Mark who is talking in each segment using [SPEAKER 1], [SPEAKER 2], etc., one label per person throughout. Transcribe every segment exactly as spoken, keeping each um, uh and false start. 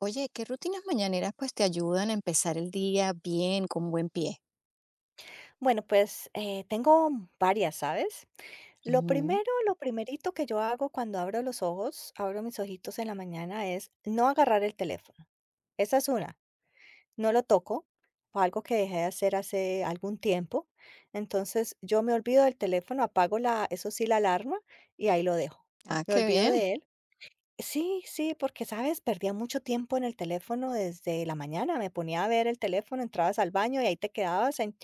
[SPEAKER 1] Oye, ¿qué rutinas mañaneras pues te ayudan a empezar el día bien, con buen pie?
[SPEAKER 2] Bueno, pues, eh, tengo varias, ¿sabes? Lo
[SPEAKER 1] Ujú.
[SPEAKER 2] primero, lo primerito que yo hago cuando abro los ojos, abro mis ojitos en la mañana, es no agarrar el teléfono. Esa es una, no lo toco, fue algo que dejé de hacer hace algún tiempo. Entonces, yo me olvido del teléfono, apago la eso sí, la alarma, y ahí lo dejo.
[SPEAKER 1] Ah,
[SPEAKER 2] Me
[SPEAKER 1] qué
[SPEAKER 2] olvido
[SPEAKER 1] bien.
[SPEAKER 2] de él. Sí, sí, porque, ¿sabes? Perdía mucho tiempo en el teléfono desde la mañana, me ponía a ver el teléfono, entrabas al baño y ahí te quedabas en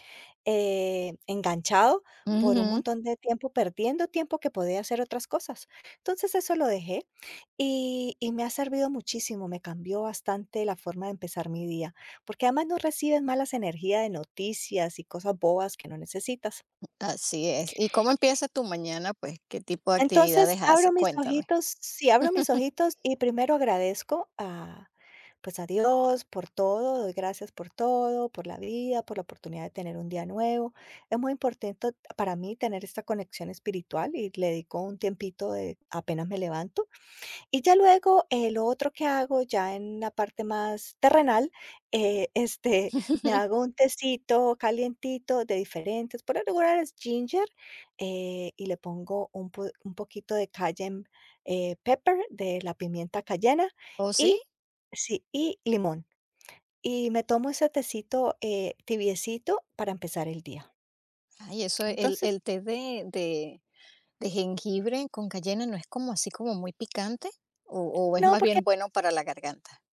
[SPEAKER 2] eh, enganchado por un
[SPEAKER 1] Ujú.
[SPEAKER 2] montón de tiempo, perdiendo tiempo que podía hacer otras cosas. Entonces eso lo dejé y, y me ha servido muchísimo, me cambió bastante la forma de empezar mi día, porque además no recibes malas energías de noticias y cosas bobas que no necesitas.
[SPEAKER 1] Así es. ¿Y cómo empiezas tu mañana? Pues, ¿qué tipo de
[SPEAKER 2] Entonces,
[SPEAKER 1] actividades haces?
[SPEAKER 2] abro mis
[SPEAKER 1] Cuéntame.
[SPEAKER 2] ojitos sí, abro mis ojitos y primero agradezco a, pues, a Dios por todo, doy gracias por todo, por la vida, por la oportunidad de tener un día nuevo. Es muy importante para mí tener esta conexión espiritual y le dedico un tiempito de apenas me levanto. Y ya luego, eh, lo otro que hago ya en la parte más terrenal, eh, este, me hago un tecito calientito de diferentes, por lo regular es ginger, eh, y le pongo un po un poquito de cayenne, eh, pepper, de la pimienta cayena
[SPEAKER 1] ¿O sí?
[SPEAKER 2] y sí, y limón. Y me tomo ese tecito, eh, tibiecito para empezar el día.
[SPEAKER 1] Ay, eso, el, el
[SPEAKER 2] Entonces
[SPEAKER 1] té de, de, ¿de jengibre con cayena no es como así como muy picante? ¿O o es
[SPEAKER 2] no,
[SPEAKER 1] más
[SPEAKER 2] porque
[SPEAKER 1] bien bueno para la garganta?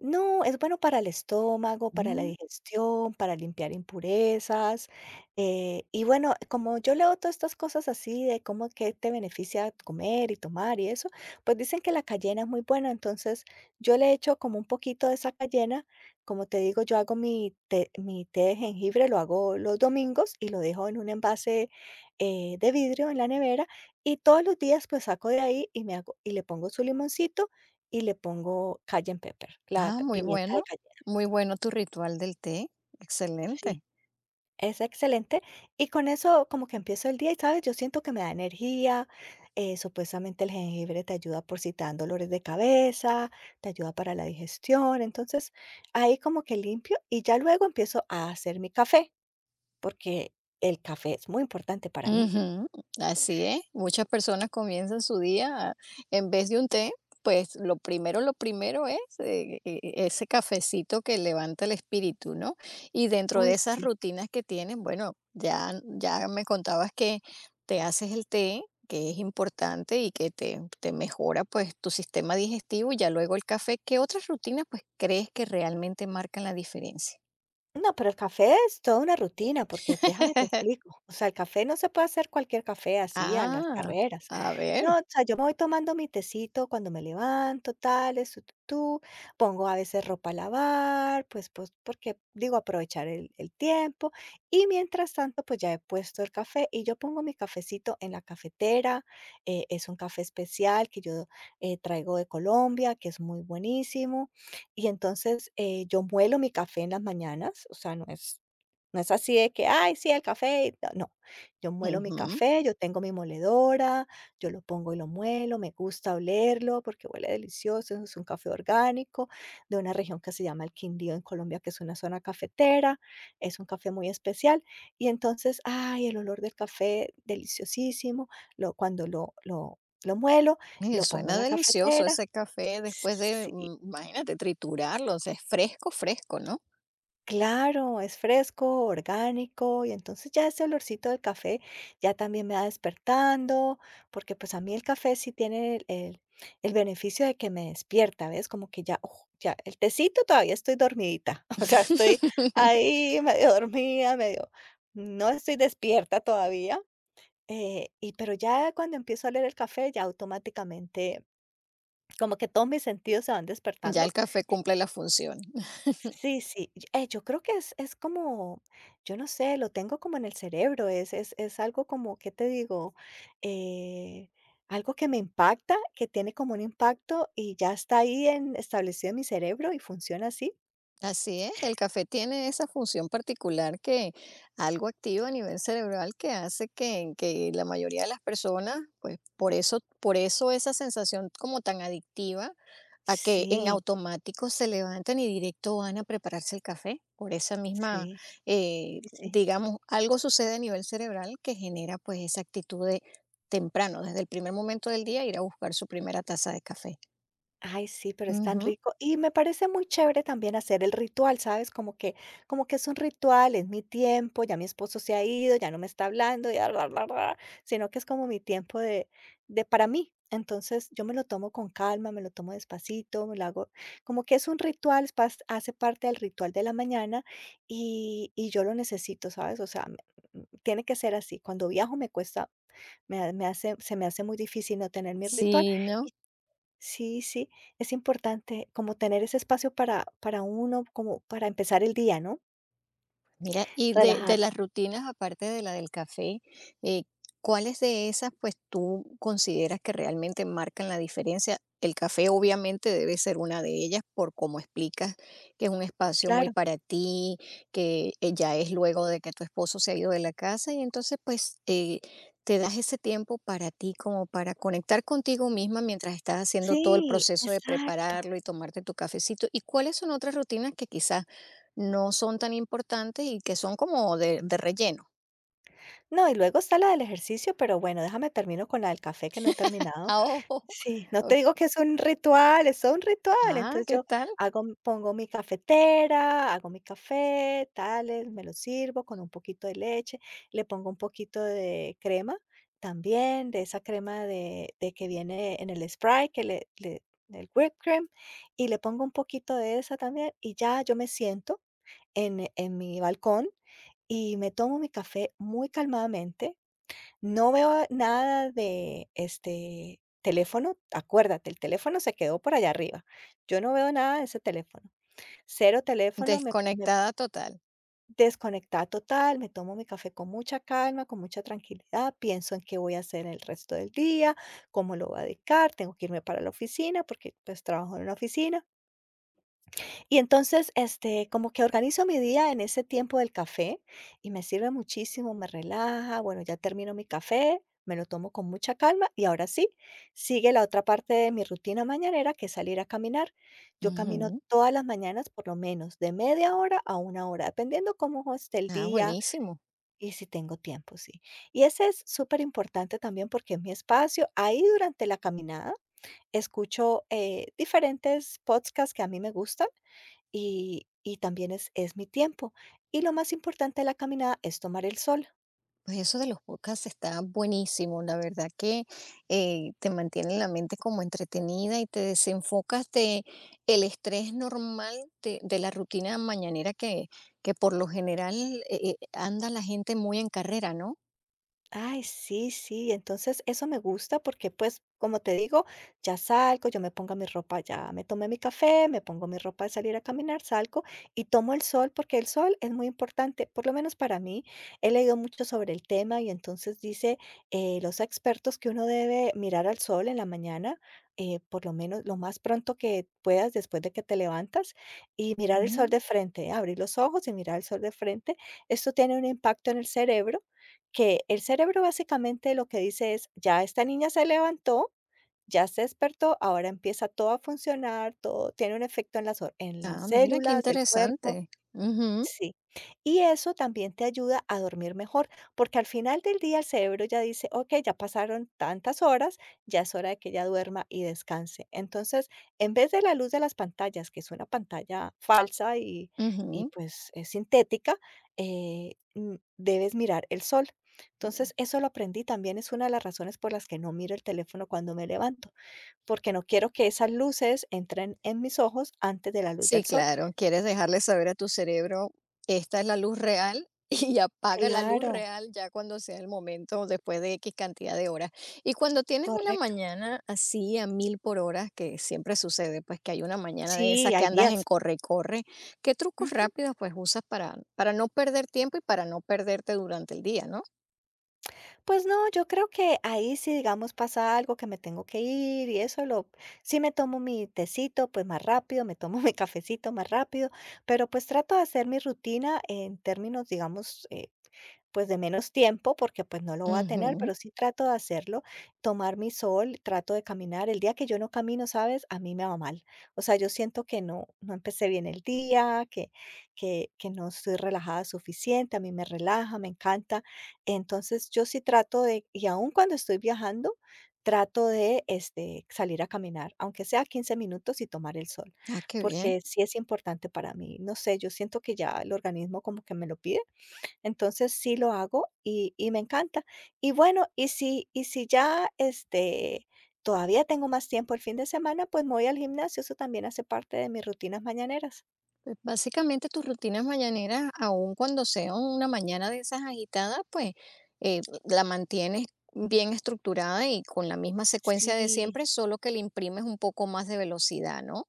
[SPEAKER 2] no, es bueno para el estómago, para la
[SPEAKER 1] Mm,
[SPEAKER 2] digestión, para limpiar impurezas. Eh, y bueno, como yo leo todas estas cosas así de cómo que te beneficia comer y tomar y eso, pues dicen que la cayena es muy buena. Entonces yo le echo como un poquito de esa cayena. Como te digo, yo hago mi té, mi té de jengibre, lo hago los domingos y lo dejo en un envase eh, de vidrio en la nevera. Y todos los días pues saco de ahí y me hago, y le pongo su limoncito y le pongo cayenne pepper, la
[SPEAKER 1] ah,
[SPEAKER 2] ca
[SPEAKER 1] muy
[SPEAKER 2] pimienta de
[SPEAKER 1] bueno,
[SPEAKER 2] cayenne,
[SPEAKER 1] muy bueno tu ritual del té,
[SPEAKER 2] sí,
[SPEAKER 1] excelente.
[SPEAKER 2] es excelente. Y con eso como que empiezo el día y, ¿sabes?, yo siento que me da energía, eh, supuestamente el jengibre te ayuda por si te dan dolores de cabeza, te ayuda para la digestión, entonces ahí como que limpio y ya luego empiezo a hacer mi café, porque el café es muy importante para mí.
[SPEAKER 1] Ujú, así es. Muchas personas comienzan su día en vez de un té, pues lo primero, lo primero es eh, e- e- ese cafecito que levanta el espíritu, ¿no? Y dentro
[SPEAKER 2] Uy,
[SPEAKER 1] de esas
[SPEAKER 2] sí.
[SPEAKER 1] rutinas que tienen, bueno, ya, ya me contabas que te haces el té, que es importante y que te, te mejora pues tu sistema digestivo, y ya luego el café. ¿Qué otras rutinas pues crees que realmente marcan la diferencia?
[SPEAKER 2] No, pero el café es toda una rutina, porque déjame te explico. O sea, el café no se puede hacer cualquier café así a las
[SPEAKER 1] Ah,
[SPEAKER 2] carreras.
[SPEAKER 1] a ver.
[SPEAKER 2] No, o sea, yo me voy tomando mi tecito cuando me levanto, tales, tu, tu, tu. Pongo a veces ropa a lavar, pues, pues, porque digo, aprovechar el, el tiempo. Y mientras tanto, pues ya he puesto el café y yo pongo mi cafecito en la cafetera. Eh, es un café especial que yo eh, traigo de Colombia, que es muy buenísimo y entonces, eh, yo muelo mi café en las mañanas, o sea, no es no es así de que: "Ay, sí, el café", y ta- no, yo muelo mi
[SPEAKER 1] Ujú.
[SPEAKER 2] café, yo tengo mi moledora, yo lo pongo y lo muelo, me gusta olerlo porque huele delicioso, es un café orgánico de una región que se llama el Quindío en Colombia, que es una zona cafetera, es un café muy especial. Y entonces, ay, el olor del café deliciosísimo, lo cuando lo lo lo muelo,
[SPEAKER 1] Eh,
[SPEAKER 2] lo pongo
[SPEAKER 1] suena
[SPEAKER 2] en la
[SPEAKER 1] delicioso
[SPEAKER 2] cafetera.
[SPEAKER 1] ese café después de,
[SPEAKER 2] Sí.
[SPEAKER 1] mm, imagínate, triturarlo, o sea, es fresco, fresco, ¿no?
[SPEAKER 2] Claro, es fresco, orgánico, y entonces ya ese olorcito del café ya también me va despertando, porque pues a mí el café sí tiene el, el- el beneficio de que me despierta, ¿ves? Como que ya, uf, ya, el tecito todavía estoy dormidita, o sea, estoy ahí medio dormida, medio, no estoy despierta todavía, eh, y pero ya cuando empiezo a leer el café, ya automáticamente como que todos mis sentidos se van
[SPEAKER 1] Ya
[SPEAKER 2] despertando.
[SPEAKER 1] el café cumple la función.
[SPEAKER 2] Sí, sí, y eh, yo creo que es es como, yo no sé, lo tengo como en el cerebro, es es es algo como, ¿qué te digo? Eh, Algo que me impacta, que tiene como un impacto y ya está ahí en establecido en mi cerebro y funciona así.
[SPEAKER 1] Así es, el café tiene esa función particular que algo activa a nivel cerebral que hace que que la mayoría de las personas, pues, por eso, por eso esa sensación como tan adictiva a que en
[SPEAKER 2] Sí,
[SPEAKER 1] automático se levantan y directo van a prepararse el café por esa misma,
[SPEAKER 2] sí,
[SPEAKER 1] eh,
[SPEAKER 2] sí, sí.
[SPEAKER 1] digamos, algo sucede a nivel cerebral que genera pues esa actitud de temprano, desde el primer momento del día, ir a buscar su primera taza de café.
[SPEAKER 2] Ay, sí, pero es tan
[SPEAKER 1] Ujú.
[SPEAKER 2] rico. Y me parece muy chévere también hacer el ritual, ¿sabes? Como que, como que es un ritual, es mi tiempo, ya mi esposo se ha ido, ya no me está hablando, ya bla, bla, bla, sino que es como mi tiempo de, de para mí. Entonces yo me lo tomo con calma, me lo tomo despacito, me lo hago, como que es un ritual, es pas- hace parte del ritual de la mañana y, y yo lo necesito, ¿sabes? O sea, me- m- tiene que ser así. Cuando viajo me cuesta, me, ha- me hace, se me hace muy difícil no tener mi ritual.
[SPEAKER 1] Sí, ¿no?
[SPEAKER 2] Sí, sí, es importante como tener ese espacio para para uno, como para empezar el día, ¿no?
[SPEAKER 1] Mira, y de
[SPEAKER 2] Relajar,
[SPEAKER 1] de las rutinas, aparte de la del café, eh, ¿cuáles de esas, pues, tú consideras que realmente marcan la diferencia? El café obviamente debe ser una de ellas por cómo explicas que es un espacio muy
[SPEAKER 2] claro.
[SPEAKER 1] para ti, que, eh, ya es luego de que tu esposo se ha ido de la casa y entonces, pues, eh, te das ese tiempo para ti, como para conectar contigo misma mientras estás haciendo todo el
[SPEAKER 2] Sí,
[SPEAKER 1] proceso de
[SPEAKER 2] exacto.
[SPEAKER 1] prepararlo y tomarte tu cafecito. ¿Y cuáles son otras rutinas que quizás no son tan importantes y que son como de, de relleno?
[SPEAKER 2] No, y luego está la del ejercicio, pero bueno, déjame termino con la del café que no he
[SPEAKER 1] A
[SPEAKER 2] terminado.
[SPEAKER 1] ojo.
[SPEAKER 2] Sí, no te
[SPEAKER 1] O-
[SPEAKER 2] digo que es un ritual, es todo un ritual.
[SPEAKER 1] Ah,
[SPEAKER 2] Entonces
[SPEAKER 1] ¿qué
[SPEAKER 2] yo
[SPEAKER 1] tal?
[SPEAKER 2] hago m- pongo mi cafetera, hago mi café, tales, me lo sirvo con un poquito de leche, le pongo un poquito de crema también, de esa crema de de que viene en el Sprite, que le le del whipped cream, y le pongo un poquito de esa también, y ya yo me siento en en mi balcón y me tomo mi café muy calmadamente. No veo nada de, este, teléfono. Acuérdate, el teléfono se quedó por allá arriba. Yo no veo nada de ese teléfono. Cero teléfono, me me
[SPEAKER 1] Desconectada total.
[SPEAKER 2] desconectada total, me tomo mi café con mucha calma, con mucha tranquilidad, pienso en qué voy a hacer el resto del día, cómo lo voy a dedicar, tengo que irme para la oficina porque, pues, trabajo en una oficina. Y entonces, este, como que organizo mi día en ese tiempo del café y me sirve muchísimo, me relaja, bueno, ya termino mi café, me lo tomo con mucha calma y ahora sí, sigue la otra parte de mi rutina mañanera, que es salir a caminar. Yo camino
[SPEAKER 1] Ujú.
[SPEAKER 2] todas las mañanas por lo menos de media hora a una hora, dependiendo cómo esté el
[SPEAKER 1] Ah,
[SPEAKER 2] día
[SPEAKER 1] buenísimo.
[SPEAKER 2] y si tengo tiempo, sí. Y ese es súper importante también porque es mi espacio. Ahí durante la caminada escucho eh, diferentes podcasts que a mí me gustan y y también es es mi tiempo. Y lo más importante de la caminada es tomar el sol.
[SPEAKER 1] Pues eso de los podcasts está buenísimo. La verdad que eh, te mantiene la mente como entretenida y te desenfocas de el estrés normal de, de la rutina mañanera que, que por lo general eh, eh, anda la gente muy en carrera, ¿no?
[SPEAKER 2] Ay, sí, sí. Entonces, eso me gusta porque, pues, como te digo, ya salgo, yo me pongo mi ropa, ya me tomé mi café, me pongo mi ropa de salir a caminar, salgo y tomo el sol porque el sol es muy importante, por lo menos para mí. He leído mucho sobre el tema y entonces dice eh, los expertos que uno debe mirar al sol en la mañana, eh, por lo menos lo más pronto que puedas después de que te levantas y mirar el sol
[SPEAKER 1] Ujú.
[SPEAKER 2] de frente, abrir los ojos y mirar el sol de frente. Esto tiene un impacto en el cerebro que el cerebro básicamente lo que dice es, ya esta niña se levantó, ya se despertó, ahora empieza todo a funcionar, todo tiene un efecto en las hor en las
[SPEAKER 1] Ah, mira qué
[SPEAKER 2] células del cuerpo.
[SPEAKER 1] interesante. Ujú,
[SPEAKER 2] Sí, y eso también te ayuda a dormir mejor, porque al final del día el cerebro ya dice, ok, ya pasaron tantas horas, ya es hora de que ya duerma y descanse. Entonces, en vez de la luz de las pantallas, que es una pantalla falsa y, y
[SPEAKER 1] ujú.
[SPEAKER 2] pues es sintética, eh, mm, debes mirar el sol. Entonces, eso lo aprendí también, es una de las razones por las que no miro el teléfono cuando me levanto, porque no quiero que esas luces entren en mis ojos antes de la luz
[SPEAKER 1] Sí,
[SPEAKER 2] del sol.
[SPEAKER 1] claro, quieres dejarle saber a tu cerebro, esta es la luz real y apaga la luz
[SPEAKER 2] Claro,
[SPEAKER 1] real ya cuando sea el momento, después de X cantidad de horas. Y cuando tienes una
[SPEAKER 2] correcto.
[SPEAKER 1] mañana así a mil por horas, que siempre sucede, pues que hay una mañana de esas
[SPEAKER 2] Sí,
[SPEAKER 1] que
[SPEAKER 2] hay
[SPEAKER 1] andas en
[SPEAKER 2] días.
[SPEAKER 1] corre y corre, ¿qué trucos
[SPEAKER 2] Ujú.
[SPEAKER 1] rápidos pues usas para, para no perder tiempo y para no perderte durante el día, ¿no?
[SPEAKER 2] Pues no, yo creo que ahí si, digamos, pasa algo que me tengo que ir y eso lo sí me tomo mi tecito, pues, más rápido, me tomo mi cafecito más rápido, pero, pues, trato de hacer mi rutina en términos, digamos, eh pues, de menos tiempo, porque, pues, no lo voy a tener,
[SPEAKER 1] Ujú.
[SPEAKER 2] pero sí trato de hacerlo, tomar mi sol, trato de caminar. El día que yo no camino, ¿sabes? A mí me va mal. O sea, yo siento que no no empecé bien el día, que que que no estoy relajada suficiente, a mí me relaja, me encanta. Entonces, yo sí trato de y aún cuando estoy viajando, trato de, este, salir a caminar, aunque sea quince minutos y tomar el sol,
[SPEAKER 1] Ah, qué bien.
[SPEAKER 2] porque sí es importante para mí. No sé, yo siento que ya el organismo como que me lo pide. Entonces, sí lo hago y y me encanta. Y bueno, y si y si ya, este, todavía tengo más tiempo el fin de semana, pues me voy al gimnasio, eso también hace parte de mis rutinas mañaneras.
[SPEAKER 1] Pues, básicamente tus rutinas mañaneras, aun cuando sea una mañana de esas agitadas, pues eh, la mantienes bien estructurada y con la misma secuencia de
[SPEAKER 2] Sí.
[SPEAKER 1] siempre, solo que le imprimes un poco más de velocidad, ¿no?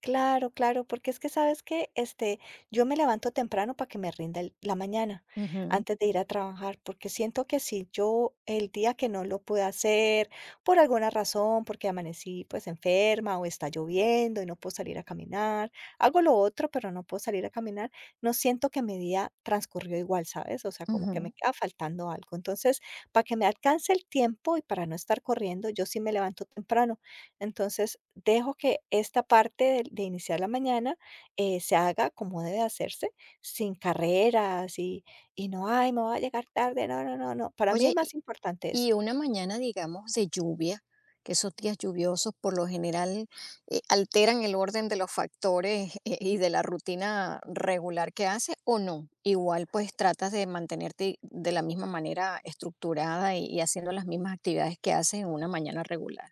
[SPEAKER 2] Claro, claro, porque es que sabes que este, yo me levanto temprano para que me rinda el- la mañana
[SPEAKER 1] Ujú,
[SPEAKER 2] antes de ir a trabajar, porque siento que si yo el día que no lo pude hacer por alguna razón, porque amanecí pues enferma o está lloviendo y no puedo salir a caminar, hago lo otro, pero no puedo salir a caminar, no siento que mi día transcurrió igual, ¿sabes? O sea, como que me
[SPEAKER 1] ujú.
[SPEAKER 2] queda faltando algo. Entonces, para que me alcance el tiempo y para no estar corriendo, yo sí me levanto temprano. Entonces, dejo que esta parte de, de iniciar la mañana eh, se haga como debe hacerse, sin carreras y, y no, ay, me voy a llegar tarde. No, no, no, no. Para mí es
[SPEAKER 1] Oye,
[SPEAKER 2] más importante eso.
[SPEAKER 1] y una mañana, digamos, de lluvia, que esos días lluviosos por lo general eh, alteran el orden de los factores, eh, y de la rutina regular que hace o no. Igual pues tratas de mantenerte de la misma manera estructurada y, y haciendo las mismas actividades que haces en una mañana regular.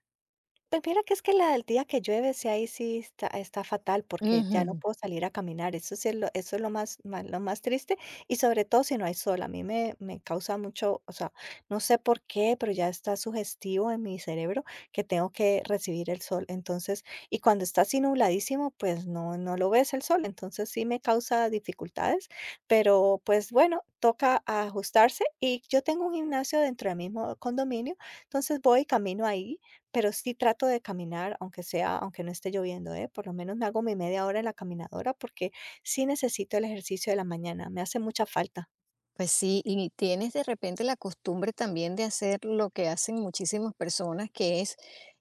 [SPEAKER 2] Pues mira que es que la del día que llueve, sí, ahí sí está, está fatal porque ya no
[SPEAKER 1] Ujú.
[SPEAKER 2] puedo salir a caminar. Eso sí es lo, eso es lo más, más- lo más triste. Y sobre todo si no hay sol. A mí me, me causa mucho, o sea, no sé por qué, pero ya está sugestivo en mi cerebro que tengo que recibir el sol. Entonces, y cuando está así nubladísimo, pues no, no lo ves el sol. Entonces sí me causa dificultades. Pero pues bueno, toca ajustarse. Y yo tengo un gimnasio dentro del mismo condominio. Entonces voy, y camino ahí pero sí trato de caminar, aunque sea aunque no esté lloviendo, ¿eh? Por lo menos me hago mi media hora en la caminadora, porque sí necesito el ejercicio de la mañana, me hace mucha falta.
[SPEAKER 1] Pues sí, y tienes de repente la costumbre también de hacer lo que hacen muchísimas personas, que es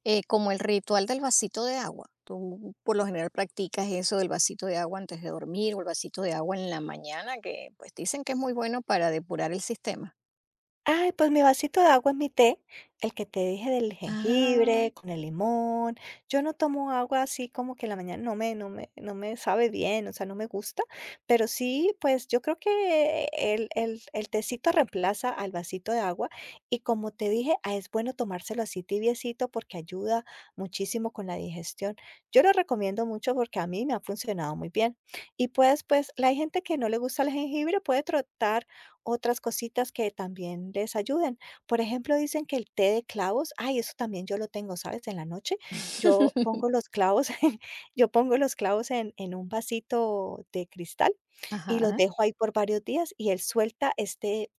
[SPEAKER 1] eh, como el ritual del vasito de agua. Tú por lo general practicas eso del vasito de agua antes de dormir o el vasito de agua en la mañana, que pues dicen que es muy bueno para depurar el sistema.
[SPEAKER 2] Ay, pues mi vasito de agua es mi té, el que te dije del
[SPEAKER 1] Ah,
[SPEAKER 2] jengibre, con el limón. Yo no tomo agua así como que en la mañana no me, no me, no me sabe bien, o sea, no me gusta, pero sí, pues yo creo que el, el, el tecito reemplaza al vasito de agua y como te dije, ah, es bueno tomárselo así tibiecito porque ayuda muchísimo con la digestión. Yo lo recomiendo mucho porque a mí me ha funcionado muy bien. Y pues, pues, la gente que no le gusta el jengibre puede tratar otras cositas que también les ayuden. Por ejemplo, dicen que el té de clavos, ay, eso también yo lo tengo, ¿sabes? En la noche yo pongo los clavos, yo pongo los clavos en, en un vasito de cristal y los
[SPEAKER 1] ajá.
[SPEAKER 2] dejo ahí por varios días y él suelta este,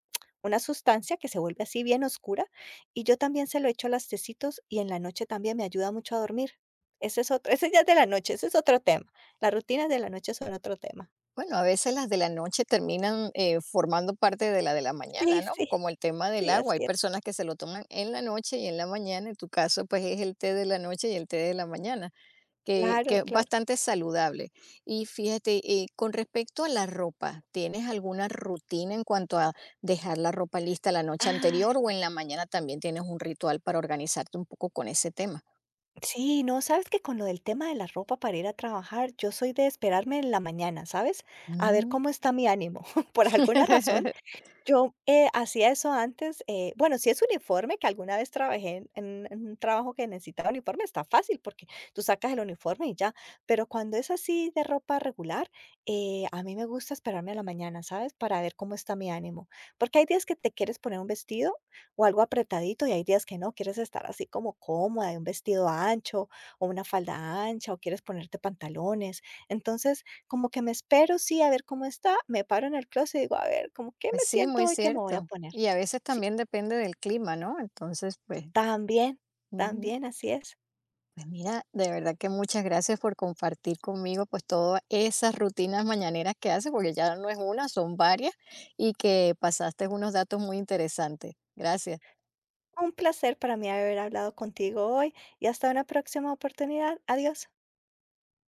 [SPEAKER 2] una sustancia que se vuelve así bien oscura y yo también se lo echo a las tecitos y en la noche también me ayuda mucho a dormir. Ese es otro, ese ya es de la noche, ese es otro tema. Las rutinas de la noche son otro tema.
[SPEAKER 1] Bueno, a veces las de la noche terminan, eh, formando parte de la de la mañana,
[SPEAKER 2] Sí,
[SPEAKER 1] ¿no?
[SPEAKER 2] sí,
[SPEAKER 1] Como el tema del
[SPEAKER 2] sí,
[SPEAKER 1] agua. Hay
[SPEAKER 2] así es.
[SPEAKER 1] personas que se lo toman en la noche y en la mañana. En tu caso, pues, es el té de la noche y el té de la mañana, que
[SPEAKER 2] Claro,
[SPEAKER 1] que es
[SPEAKER 2] claro.
[SPEAKER 1] bastante saludable. Y fíjate, eh, con respecto a la ropa, ¿tienes alguna rutina en cuanto a dejar la ropa lista la noche
[SPEAKER 2] Ah,
[SPEAKER 1] anterior o en la mañana también tienes un ritual para organizarte un poco con ese tema?
[SPEAKER 2] sí, no, sabes que con lo del tema de la ropa para ir a trabajar, yo soy de esperarme en la mañana, ¿sabes? A ver
[SPEAKER 1] Mm.
[SPEAKER 2] cómo está mi ánimo. Por alguna razón, yo, eh, hacía eso antes, eh, bueno, si es uniforme, que alguna vez trabajé en en en un trabajo que necesitaba uniforme, está fácil porque tú sacas el uniforme y ya, pero cuando es así de ropa regular, eh, a mí me gusta esperarme a la mañana, ¿sabes? Para ver cómo está mi ánimo, porque hay días que te quieres poner un vestido o algo apretadito y hay días que no, quieres estar así como cómoda, de un vestido ancho o una falda ancha o quieres ponerte pantalones. Entonces, como que me espero, sí, a ver cómo está, me paro en el closet y digo: "A ver, ¿cómo qué
[SPEAKER 1] Pues
[SPEAKER 2] me
[SPEAKER 1] sí,
[SPEAKER 2] siento
[SPEAKER 1] muy
[SPEAKER 2] hoy? ¿Qué me voy a
[SPEAKER 1] cierto.
[SPEAKER 2] poner?".
[SPEAKER 1] Y a veces
[SPEAKER 2] Sí,
[SPEAKER 1] también depende del clima, ¿no? Entonces, pues,
[SPEAKER 2] también,
[SPEAKER 1] ujú.
[SPEAKER 2] también, así es.
[SPEAKER 1] Pues mira, de verdad que muchas gracias por compartir conmigo pues todas esas rutinas mañaneras que haces, porque ya no es una, son varias, y que pasaste unos datos muy interesantes. Gracias.
[SPEAKER 2] Un placer para mí haber hablado contigo hoy y hasta una próxima oportunidad. Adiós.